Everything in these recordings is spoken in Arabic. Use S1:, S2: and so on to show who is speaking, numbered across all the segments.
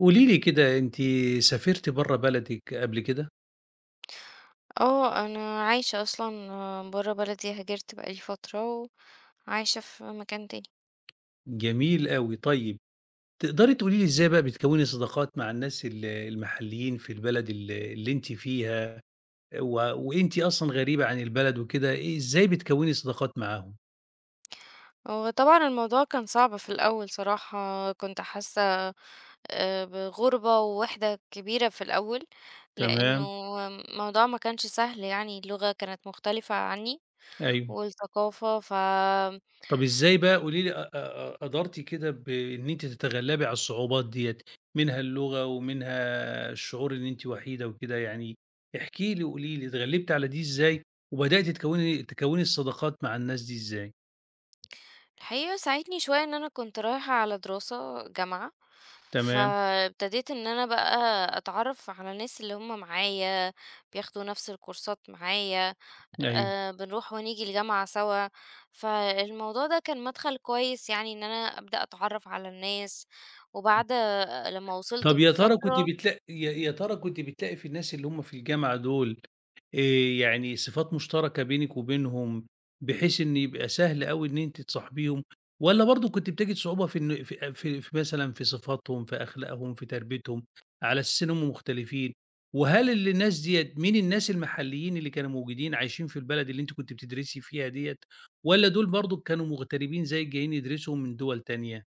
S1: قولي لي كده أنتِ سافرتِ برّه بلدِك قبل كده؟
S2: أنا عايشة أصلًا برّه بلدي، هاجرت بقى لي فترة وعايشة في مكان تاني.
S1: جميل أوي، طيب تقدري تقولي لي إزاي بقى بتكوّني صداقات مع الناس المحليين في البلد اللي أنتِ فيها و وأنتِ أصلًا غريبة عن البلد وكده، إزاي بتكوّني صداقات معاهم؟
S2: وطبعًا الموضوع كان صعب في الأول صراحة، كنت حاسة بغُربة ووِحدة كبيرة في الأول، لإنه
S1: تمام،
S2: الموضوع ما كانش سهل يعني، اللغة كانت مختلفة عني
S1: أيوه.
S2: والثقافة، ف
S1: طب إزاي بقى قولي لي أ أ أ قدرتِ كده بإن أنتِ تتغلبي على الصعوبات ديّة، منها اللغة ومنها الشعور إن أنتِ وحيدة وكده يعني، احكي لي وقولي لي اتغلبتِ على دي إزاي، وبدأتِ تكوّني الصداقات مع الناس دي إزاي؟
S2: الحقيقة ساعدني شوية إن أنا كنت رايحة على دراسة جامعة
S1: تمام،
S2: فابتديت إن أنا بقى أتعرف على الناس اللي هم معايا بياخدوا نفس الكورسات معايا
S1: أيوه.
S2: أه بنروح ونيجي الجامعة سوا. فالموضوع ده كان مدخل كويس يعني إن أنا أبدأ أتعرف على الناس وبعد لما وصلت
S1: طب يا ترى كنتِ
S2: بفترة.
S1: يا ترى كنتِ بتلاقي في الناس اللي هم في الجامعة دول آآ يعني صفات مشتركة بينِك وبينهم، بحيث إن يبقى سهل أوي إن أنتِ تصاحبيهم، والّا برضه كنتِ بتجد صعوبة في إن في في في مثلًا في صفاتهم، في أخلاقهم، في تربيتهم، على أساس إن هم مختلفين؟ وهل الناس ديّة مين الناس المحليين اللي كانوا موجودين عايشين في البلد اللي أنتِ كنتِ بتدرسي فيها ديّة، والّا دول برضه كانوا مغتربين زيِّك جايين يدرسوا من دول تانية؟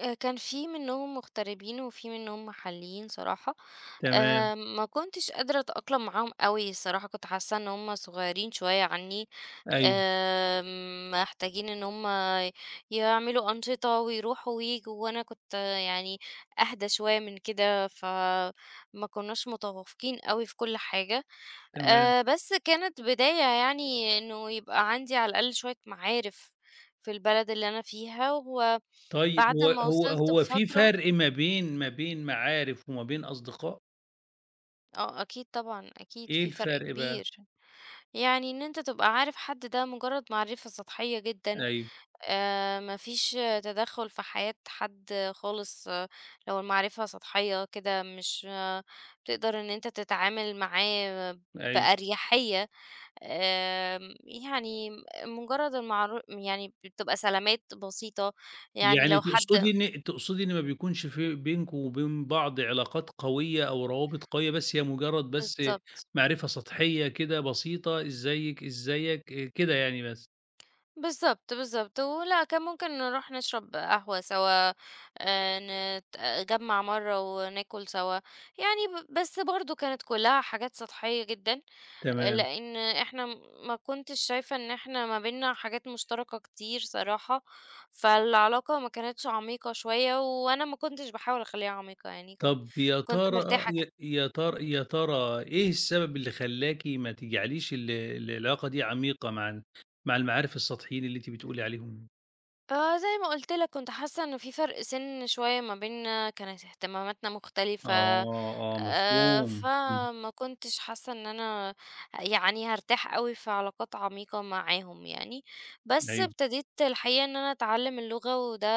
S2: كان في منهم مغتربين وفي منهم محليين صراحة.
S1: تمام،
S2: ما كنتش قادرة أتأقلم معاهم أوي الصراحة، كنت حاسة إن هُم صغيرين شوية عني،
S1: أيوه،
S2: محتاجين إن هُم يعملوا أنشطة ويروحوا وييجوا، وأنا كنت يعني أهدى شوية من كده، فما كناش متوافقين أوي في كل حاجة.
S1: تمام.
S2: بس كانت بداية يعني إنه يبقى عندي على الأقل شوية معارف في البلد اللي أنا فيها، وبعد
S1: طيب هو
S2: ما
S1: هو
S2: وصلت
S1: هو في
S2: بفترة.
S1: فرق ما بين معارف وما بين أصدقاء؟
S2: أكيد طبعًا، أكيد
S1: إيه
S2: في فرق
S1: الفرق بقى؟
S2: كبير. يعني إن أنت تبقى عارف حد ده مجرد معرفة سطحية جدًا،
S1: أيوه،
S2: ما فيش تدخُّل في حياة حد خالص، لو المعرفة سطحية كده مش بتقدر إن أنت تتعامل معاه
S1: أيوه.
S2: بأريحية، آمم، يعني مجرد المعرو يعني بتبقى سلامات بسيطة، يعني
S1: يعني
S2: لو
S1: تقصدي
S2: حد
S1: إن تقصدي إن ما بيكونش في بينكم وبين بعض علاقات قوية أو روابط قوية، بس هي مجرد بس
S2: بالضبط.
S1: معرفة سطحية كده بسيطة، إزيك، إزيك، كده يعني بس.
S2: بالضبط، بالضبط، ولأ كان ممكن نروح نشرب قهوة سوا، نجمّع مرّة وناكل سوا، يعني بس برضه كانت كلّها حاجات سطحية جدًا،
S1: تمام.
S2: لإن إحنا ما كنتش شايفة إن إحنا ما بيننا حاجات مشتركة كتير صراحة، فالعلاقة ما كانتش عميقة شوية، وأنا ما كنتش باحاول أخلّيها عميقة يعني كنت
S1: طب يا
S2: كنت
S1: ترى
S2: مرتاحة
S1: يا ترى إيه السبب اللي خلّاكِ ما تجعليش العلاقة دي عميقة مع ال مع المعارف السطحيين اللي أنتِ بتقولي عليهم؟
S2: آه زي ما قُلت لك كنت حاسة إنه في فرق سِن شوية ما بيننا، كانت اهتماماتنا مختلفة،
S1: آه، آه، مفهوم، إمم،
S2: فما كنتش حاسة إن أنا يعني هارتاح أوي في علاقات عميقة معاهم يعني، بس
S1: أيوه،
S2: ابتديت الحقيقة إن أنا أتعلم اللغة وده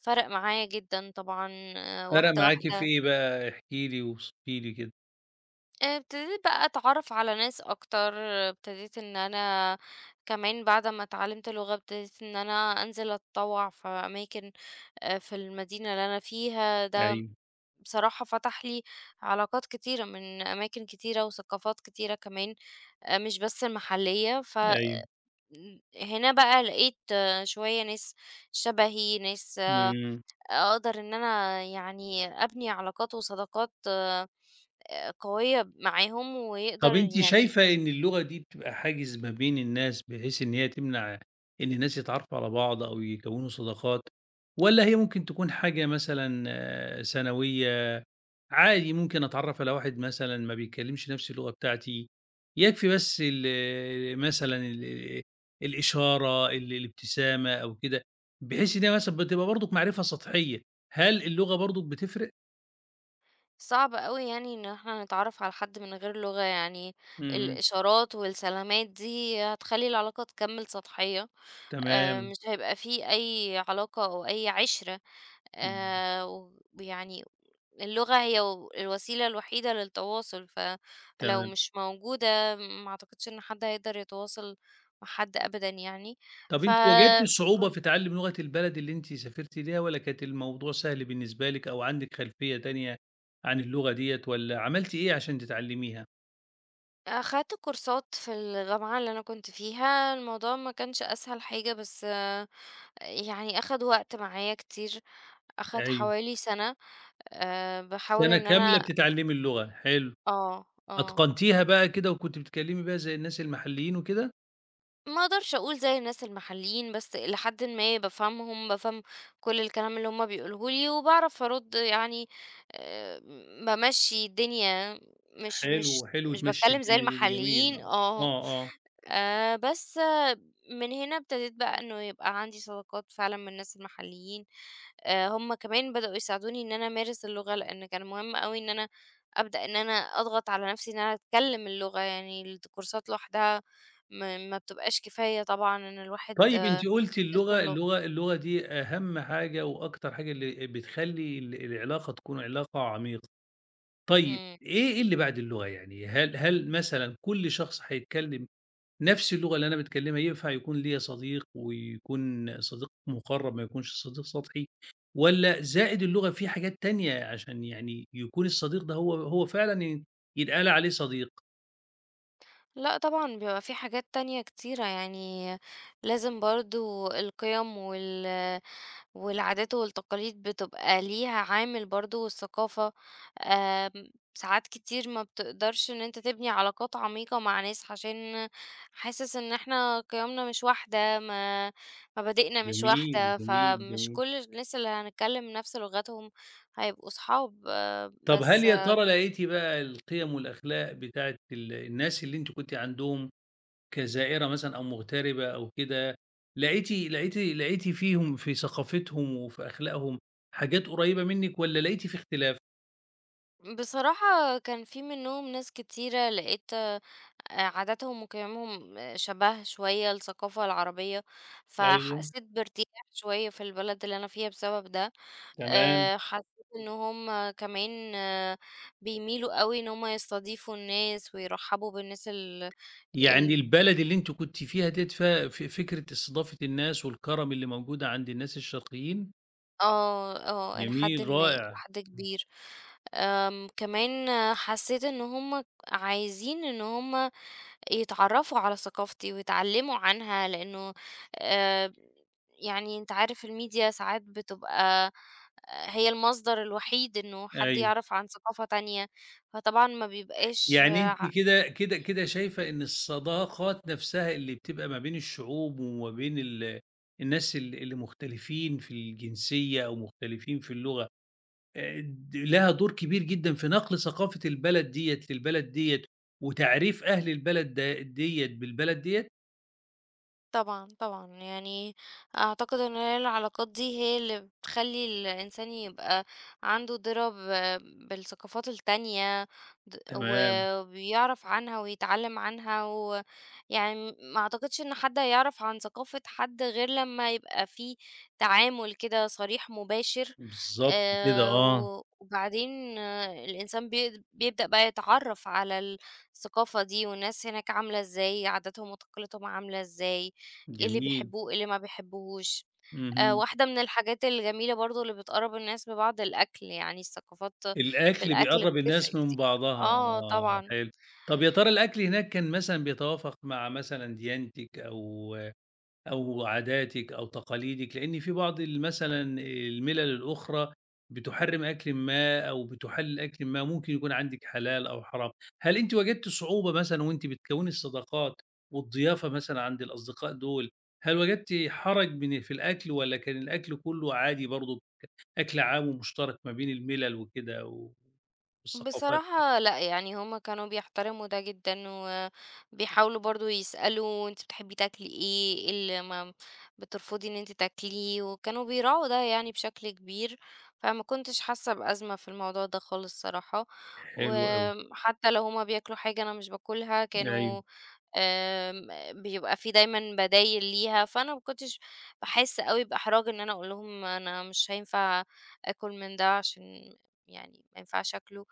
S2: فرق معايا جدًا طبعًا.
S1: فرق
S2: واحدة،
S1: معاكِ في
S2: واحدة.
S1: إيه بقى؟ احكي لي واوصفي لي كده.
S2: آه، ابتديت بقى أتعرّف على ناس أكتر، ابتديت إن أنا كمان بعد ما اتعلمت لغة ابتديت إن أنا أنزل أتطوّع في أماكن في المدينة اللي أنا فيها، ده
S1: أيوه،
S2: بصراحة فتح لي علاقات كتيرة من أماكن كتيرة وثقافات كتيرة كمان، مش بس المحلية، ف
S1: أيوه،
S2: هنا بقى لقيت شوية ناس شبهي، ناس
S1: إمم،
S2: أقدر إن أنا يعني أبني علاقات وصداقات قوية معاهم، ويقدر
S1: طب أنتِ
S2: يعني
S1: شايفة إن اللغة دي بتبقى حاجز ما بين الناس، بحيث إن هي تمنع إن الناس يتعرفوا على بعض أو يكوّنوا صداقات، والّا هي ممكن تكون حاجة مثلًا ثانوية؟ عادي ممكن أتعرّف على واحد مثلًا ما بيتكلّمش نَفْس اللغة بتاعتي، يكفي بس مثلًا الإشارة، الابتسامة أو كده، بحيث إن هي مثلًا بتبقى برضُك معرفة سطحية. هل اللغة برضُك بتفرق؟
S2: صعب أوي يعني إن إحنا نتعرف على حد من غير لغة، يعني
S1: إمم،
S2: الإشارات والسلامات دي هتخلّي العلاقة تكمّل سطحية.
S1: تمام،
S2: مش هيبقى في أي علاقة أو أي عِشرة
S1: إمم،
S2: و ويعني اللغة هي الوسيلة الوحيدة للتواصل، فلو
S1: تمام.
S2: مش موجودة ما أعتقدش إن حد هيقدر يتواصل مع حد أبدًا يعني.
S1: طَب أنتِ واجهتِ صعوبة
S2: فكنت
S1: في تعلُّم لغة البلد اللي أنتِ سافرتِ ليها والّا كانت الموضوع سهل بالنسبة لِك أو عندِك خلفية تانية عن اللغة ديّة والّا عملتِ إيه عشان تتعلّميها؟
S2: أخدت كورسات في الجامعة اللي أنا كنت فيها، الموضوع ما كانش أسهل حاجة بس يعني أخَد وقت معايا كتير، أخَد
S1: أيوه،
S2: حوالي سَنة. باحاول
S1: سَنة
S2: إن
S1: كاملة
S2: أنا
S1: بتتعلّمي اللغة، حلو.
S2: آه، آه.
S1: أتقنتيها بقى كده وكنتِ بتتكلمي بيها زي الناس المحليين وكده؟
S2: ما اقدرش اقول زي الناس المحليين بس الى حد ما بفهمهم بفهم كل الكلام اللي هما بيقولوه لي وبعرف ارد يعني، آه، بمشي الدنيا مش
S1: حلو،
S2: مش
S1: حلو
S2: مش
S1: تمشّي
S2: بتكلم زي
S1: الدنيا دي، دي جميل
S2: المحليين
S1: آه،
S2: اه.
S1: آه، آه.
S2: بس من هنا ابتديت بقى إنه يبقى عندي صداقات فعلًا من الناس المحليين، هم كمان بدأوا يساعدوني إن أنا أمارس اللغة، لإن كان مهم أوي إن أنا أبدأ إن أنا أضغط على نفسي إن أنا أتكلم اللغة، يعني الكورسات لوحدها ما بتبقاش كفاية طبعًا إن الواحد
S1: طيب
S2: آه،
S1: أنتِ قُلتِ
S2: يتقن
S1: اللغة
S2: لغة.
S1: اللغة اللغة دي أهم حاجة وأكتر حاجة اللي بتخلّي العلاقة تكون علاقة عميقة. طيب
S2: إمم.
S1: إيه اللي بعد اللغة يعني؟ هل مثلًا كل شخص هيتكلم نفس اللغة اللي أنا باتكلمها ينفع يكون ليّا صديق ويكون صديق مُقرّب ما يكونش صديق سطحي، والّا زائد اللغة في حاجات تانية عشان يعني يكون الصديق ده هو فعلًا يتقال عليه صديق؟
S2: لأ طبعًا بيبقى في حاجات تانية كتيرة، يعني لازم برضه القيم والعادات والتقاليد بتبقى ليها عامل برضو والثقافة، آم، ساعات كتير ما بتقدرش ان انت تبني علاقات عميقة مع ناس عشان حاسس ان احنا قيمنا مش واحدة ما مبادئنا مش
S1: جميل،
S2: واحدة
S1: جميل،
S2: فمش
S1: جميل.
S2: كل الناس اللي هنتكلم نفس لغتهم هيبقوا صحاب
S1: طَب هل
S2: بس
S1: يا ترى لقيتِ بقى القيم والأخلاق بتاعة الناس اللي أنتِ كنتِ عندهم كزائرة مثلًا أو مغتربة أو كده، لقيتِ فيهم في ثقافتهم وفي أخلاقهم حاجات قريّبة منِّك والّا لقيتِ في اختلاف؟
S2: بصراحة كان في منهم ناس كتيرة لقيت عاداتهم وقيمهم شبه شوية الثقافة العربية
S1: أيوه.
S2: فحسيت بارتياح شوية في البلد اللي أنا فيها بسبب ده.
S1: تمام.
S2: حسيت إن هم كمان بيميلوا قوي إن هم يستضيفوا الناس ويرحبوا بالناس ال
S1: يعني
S2: ال
S1: البلد اللي أنتِ كنتِ فيها ديّة ف ف فكرة استضافة الناس والكرم اللي موجودة عند الناس الشرقيين،
S2: اه اه لحد
S1: جميل،
S2: ما
S1: رائع،
S2: لحد كبير. كمان حسيت ان هم عايزين ان هم يتعرّفوا على ثقافتي ويتعلّموا عنها، لإنه آآ يعني أنت عارف الميديا ساعات بتبقى هي المصدر الوحيد إنه حد
S1: أيوه.
S2: يعرف عن ثقافة تانية، فطبعًا ما بيبقاش
S1: يعني
S2: ع
S1: أنتِ كده شايفة إن الصداقات نفسها اللي بتبقى ما بين الشعوب وما بين الناس اللي مختلفين في الجنسية أو مختلفين في اللغة، آآ لها دور كبير جدًا في نقل ثقافة البلد ديّة للبلد ديّة وتعريف أهل البلد ديّة بالبلد ديّة؟
S2: طبعًا، طبعًا. يعني أعتقد إن هي العلاقات دي هي اللي بتخلّي الإنسان يبقى عنده دِرَة بالثقافات التانية
S1: تمام،
S2: وبيعرف عنها ويتعلّم عنها، ويعني ما أعتقدش إن حد هيعرف عن ثقافة حد غير لمّا يبقى في تعامل كده صريح مباشر.
S1: بالضبط كده، آه.
S2: و وبعدين الإنسان بيبدأ بقى يتعرّف على الثقافة دي والناس هناك عاملة إزاي، عاداتهم وتقاليدهم عاملة إزاي. إيه اللي
S1: جميل،
S2: بيحبوه، إيه اللي ما بيحبوهوش.
S1: اهم.
S2: واحدة من الحاجات الجميلة برضه اللي بتقرّب الناس ببعض الأكل، يعني الثقافات في
S1: الأكل
S2: الأكل
S1: بيقرّب
S2: بتفرق
S1: الناس من
S2: كتي
S1: بعضها،
S2: آه
S1: آه
S2: طبعًا.
S1: حلو. طَب يا ترى الأكل هناك كان مثلًا بيتوافق مع مثلًا ديانتِك أو عاداتِك أو تقاليدِك؟ لإن في بعض مثلًا المِلَل الأخرى بتحرِّم أكلٍ ما أو بتُحلِّل أكلٍ ما، ممكن يكون عندِك حلال أو حرام. هل أنتِ واجهتِ صعوبة مثلًا وأنتِ بتكوّني الصداقات والضيافة مثلًا عند الأصدقاء دول، هل وجدتِ حرج في الأكل والّا كان الأكل كُلّه عادي برضه؟ أكل عام ومشترك ما بين المِلَل وكده و والثقافات،
S2: بصراحة لأ، يعني هُم كانوا بيحترموا ده جدًا، وبيحاولوا برضه يسألوا أنتِ بتحبي تاكلي إيه، إيه اللي ما بترفضي إن أنتِ تاكليه، وكانوا بيراعوا ده يعني بشكل كبير، فما كنتش حاسة بأزمة في الموضوع ده خالص صراحة،
S1: حلو أوي،
S2: وحتى لو هُم بياكلوا حاجة أنا مش باكلها
S1: أيوه.
S2: كانوا آمم، بيبقى في دايمًا بدايل ليها، فأنا ما كنتش باحس أوي بإحراج إن أنا أقول لهم أنا مش هينفع آكل من ده عشان يعني ما ينفعش آكله،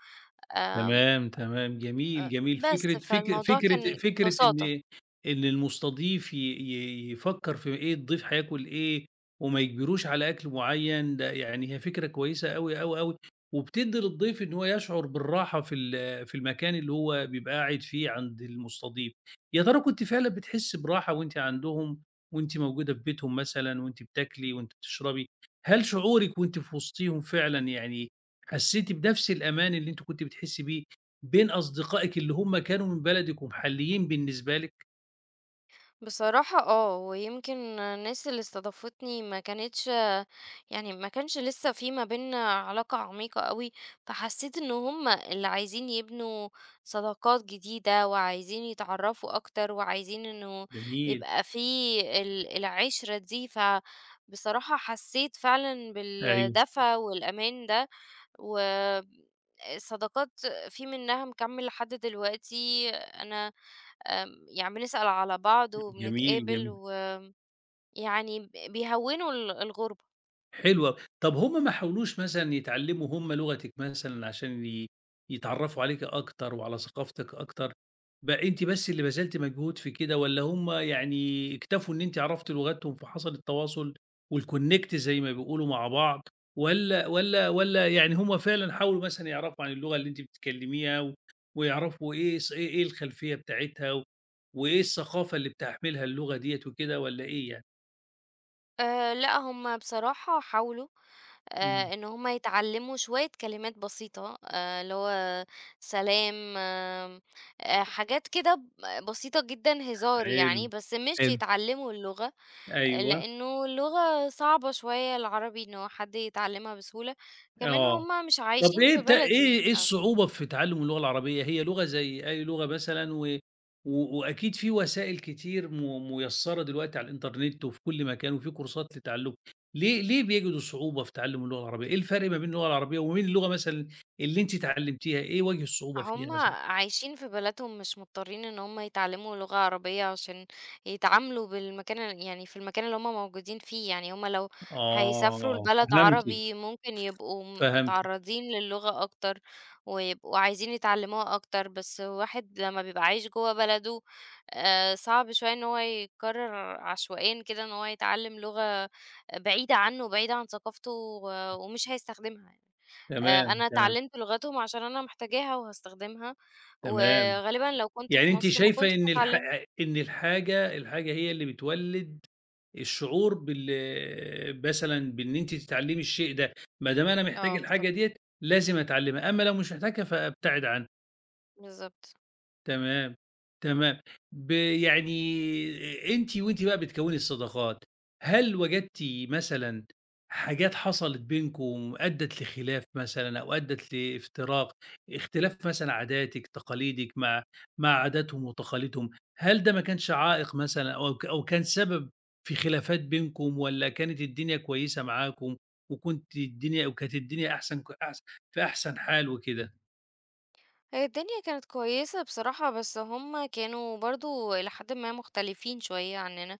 S2: آمم،
S1: تمام، تمام، جميل،
S2: أ
S1: جميل.
S2: بس
S1: فكرة فك
S2: فالموضوع
S1: فكرة
S2: كان
S1: فكرة
S2: ببساطة.
S1: إن المستضيف ي ي يفكّر في إيه الضيف هياكل إيه وما يجبروش على أكل معيّن، ده يعني هي فكرة كويسة أوي، أوي، أوي، وبتدّي للضيف إن هو يشعر بالراحة في المكان اللي هو بيبقى قاعد فيه عند المستضيف. يا ترى كنتِ فعلًا بتحسّي براحة وأنتِ عندهم، وأنتِ موجودة في بيتهم مثلًا وأنتِ بتاكلي وأنتِ بتشربي، هل شعورِك وأنتِ في وسطيهم فعلًا يعني حسيتِ بنفس الأمان اللي أنتِ كنتِ بتحسّي بيه بين أصدقائِك اللي هم كانوا من بلدِك ومحليين بالنسبة لِك؟
S2: بصراحة اه ويمكن الناس اللي استضافتني ما كانتش يعني ما كانش لسه في ما بينا علاقة عميقة قوي فحسيت ان هم اللي عايزين يبنوا صداقات جديدة وعايزين يتعرفوا اكتر وعايزين انه
S1: جميل،
S2: يبقى في العشرة دي فبصراحة حسيت فعلا
S1: أيوه،
S2: بالدفى والامان ده و صداقات في منها مكمل لحد دلوقتي انا، يعني بنسأل على بعض
S1: جميل،
S2: وبنتقابل
S1: جميل.
S2: ويعني بيهوّنوا الغُربة.
S1: حلو أوي. طب هم ما حاولوش مثلًا يتعلّموا هم لغتِك مثلًا عشان يتعرّفوا عليكِ أكتر وعلى ثقافتِك أكتر؟ بقى أنتِ بس اللي بذلتِ مجهود في كده والّا هم يعني اكتفوا إن أنتِ عرفتِ لغتهم فحصل التواصل والconnect زي ما بيقولوا مع بعض والّا يعني هم فعلًا حاولوا مثلًا يعرفوا عن اللغة اللي أنتِ بتتكلميها و ويعرفوا إيه ث إيه إيه الخلفية بتاعتها و وإيه الثقافة اللي بتحملها اللغة ديّة وكده والّا إيه يعني؟
S2: لأ هُم بصراحة حاولوا
S1: إمم.
S2: إن هُم يتعلّموا شوية كلمات بسيطة اللي هو سلام، حاجات كده بسيطة جدًا هزار
S1: حلو،
S2: يعني، بس مش
S1: حلو.
S2: يتعلّموا اللغة،
S1: أيوه.
S2: لإنه اللغة صعبة شوية العربي إنه حد يتعلّمها بسهولة، كمان
S1: آه،
S2: هُم مش
S1: طَب
S2: عايشين
S1: إيه
S2: في
S1: الت إيه
S2: بلدي
S1: إيه
S2: ف
S1: الصعوبة في تعلُّم اللغة العربية؟ هي لغة زي أي لغة مثلًا و و وأكيد في وسائل كتير مُيسّرة دلوقتي على الإنترنت وفي كل مكان وفي كورسات لتعلُّمها، ليه بيجدوا صعوبة في تعلُّم اللغة العربية؟ إيه الفرق ما بين اللغة العربية وما بين اللغة مثلًا اللي أنتِ اتعلّمتيها، إيه وجه الصعوبة فيها
S2: هم
S1: مثلًا؟
S2: عايشين في بلدهم مش مضطرين ان هم يتعلموا لغة عربية عشان يتعاملوا يعني في المكان اللي هم موجودين فيه يعني هم لو هيسافروا
S1: آه،
S2: لبلد
S1: فهمتِك،
S2: عربي ممكن يبقوا
S1: فهمتِك،
S2: متعرضين للغة اكتر ويبقوا عايزين يتعلموها اكتر بس واحد لما بيبقى عايش جوه بلده صعب شوية ان هو يقرر عشوائيا كده ان هو يتعلم لغة بعيدة عنه بعيدة عن ثقافته ومش هيستخدمها يعني.
S1: تمام،
S2: أنا
S1: تمام،
S2: اتعلّمت لغتهم عشان أنا محتاجاها وهاستخدمها،
S1: تمام.
S2: وغالبًا لو كنت
S1: يعني
S2: في
S1: أنتِ
S2: مصر ما كنتش
S1: شايفة إن
S2: هاتعلّمها.
S1: الحاجة هي اللي بتولِّد الشعور مثلًا بإن أنتِ تتعلّمي الشيء ده، ما دام أنا محتاج
S2: آه
S1: الحاجة
S2: بالضبط،
S1: ديّة لازم أتعلّمها، أمّا لو مش محتاجها فابتعد عنها.
S2: بالضبط.
S1: تمام، تمام. يعني أنتِ وأنتِ بقى بتكوّني الصداقات، هل وجدتِ مثلًا حاجات حصلت بينكم أدّت لخلاف مثلًا أو أدّت لافتراق، اختلاف مثلًا عاداتِك، تقاليدِك مع عاداتهم وتقاليدهم، هل ده ما كانش عائق مثلًا أو كان سبب في خلافات بينكم والّا كانت الدنيا كويسة معاكم وكنتِ الدنيا وكانت الدنيا أحسن ك أحس في أحسن حال وكده؟
S2: هي الدنيا كانت كويسة بصراحة، بس هم كانوا برضه إلى حدٍ ما مختلفين شوية عنّنا،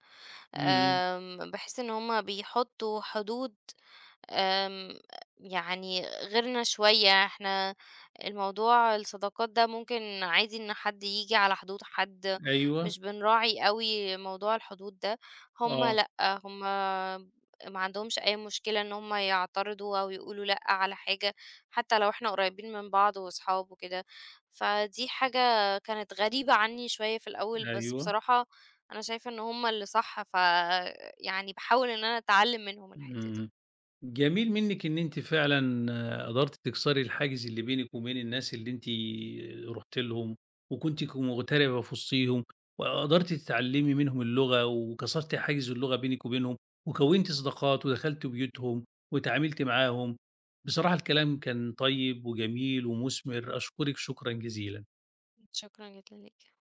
S1: إمم،
S2: باحس إن هم بيحطّوا حدود، آمم، يعني غيرنا شوية، إحنا الموضوع الصداقات ده ممكن عادي إن حد ييجي على حدود حد،
S1: أيوه،
S2: مش بنراعي أوي موضوع الحدود ده، هُم
S1: آه.
S2: لأ، هُم ما عندهمش أي مشكلة إن هُم يعترضوا أو يقولوا لأ على حاجة، حتى لو إحنا قريبين من بعض وأصحاب وكده، فدي حاجة كانت غريبة عني شوية في الأول، بس
S1: أيوه،
S2: بصراحة أنا شايفة إن هُم اللي صح، فيعني باحاول إن أنا أتعلم منهم الحتة دي.
S1: إمم، جميل منِّك إن أنتِ فعلًا قدرتِ تكسري الحاجز اللي بينِك وبين الناس اللي أنتِ رُحتِ لهم، وكنتِ مغتربة في وسطيهم، وقدرتِ تتعلمي منهم اللغة، وكسرتِ حاجز اللغة بينِك وبينهم، وكوّنتِ صداقات ودخلتِ بيوتهم واتعاملتِ معاهم. بصراحة الكلام كان طيب وجميل ومُثمر، أشكرِك شكرًا جزيلًا.
S2: شكرًا جدًا ليك.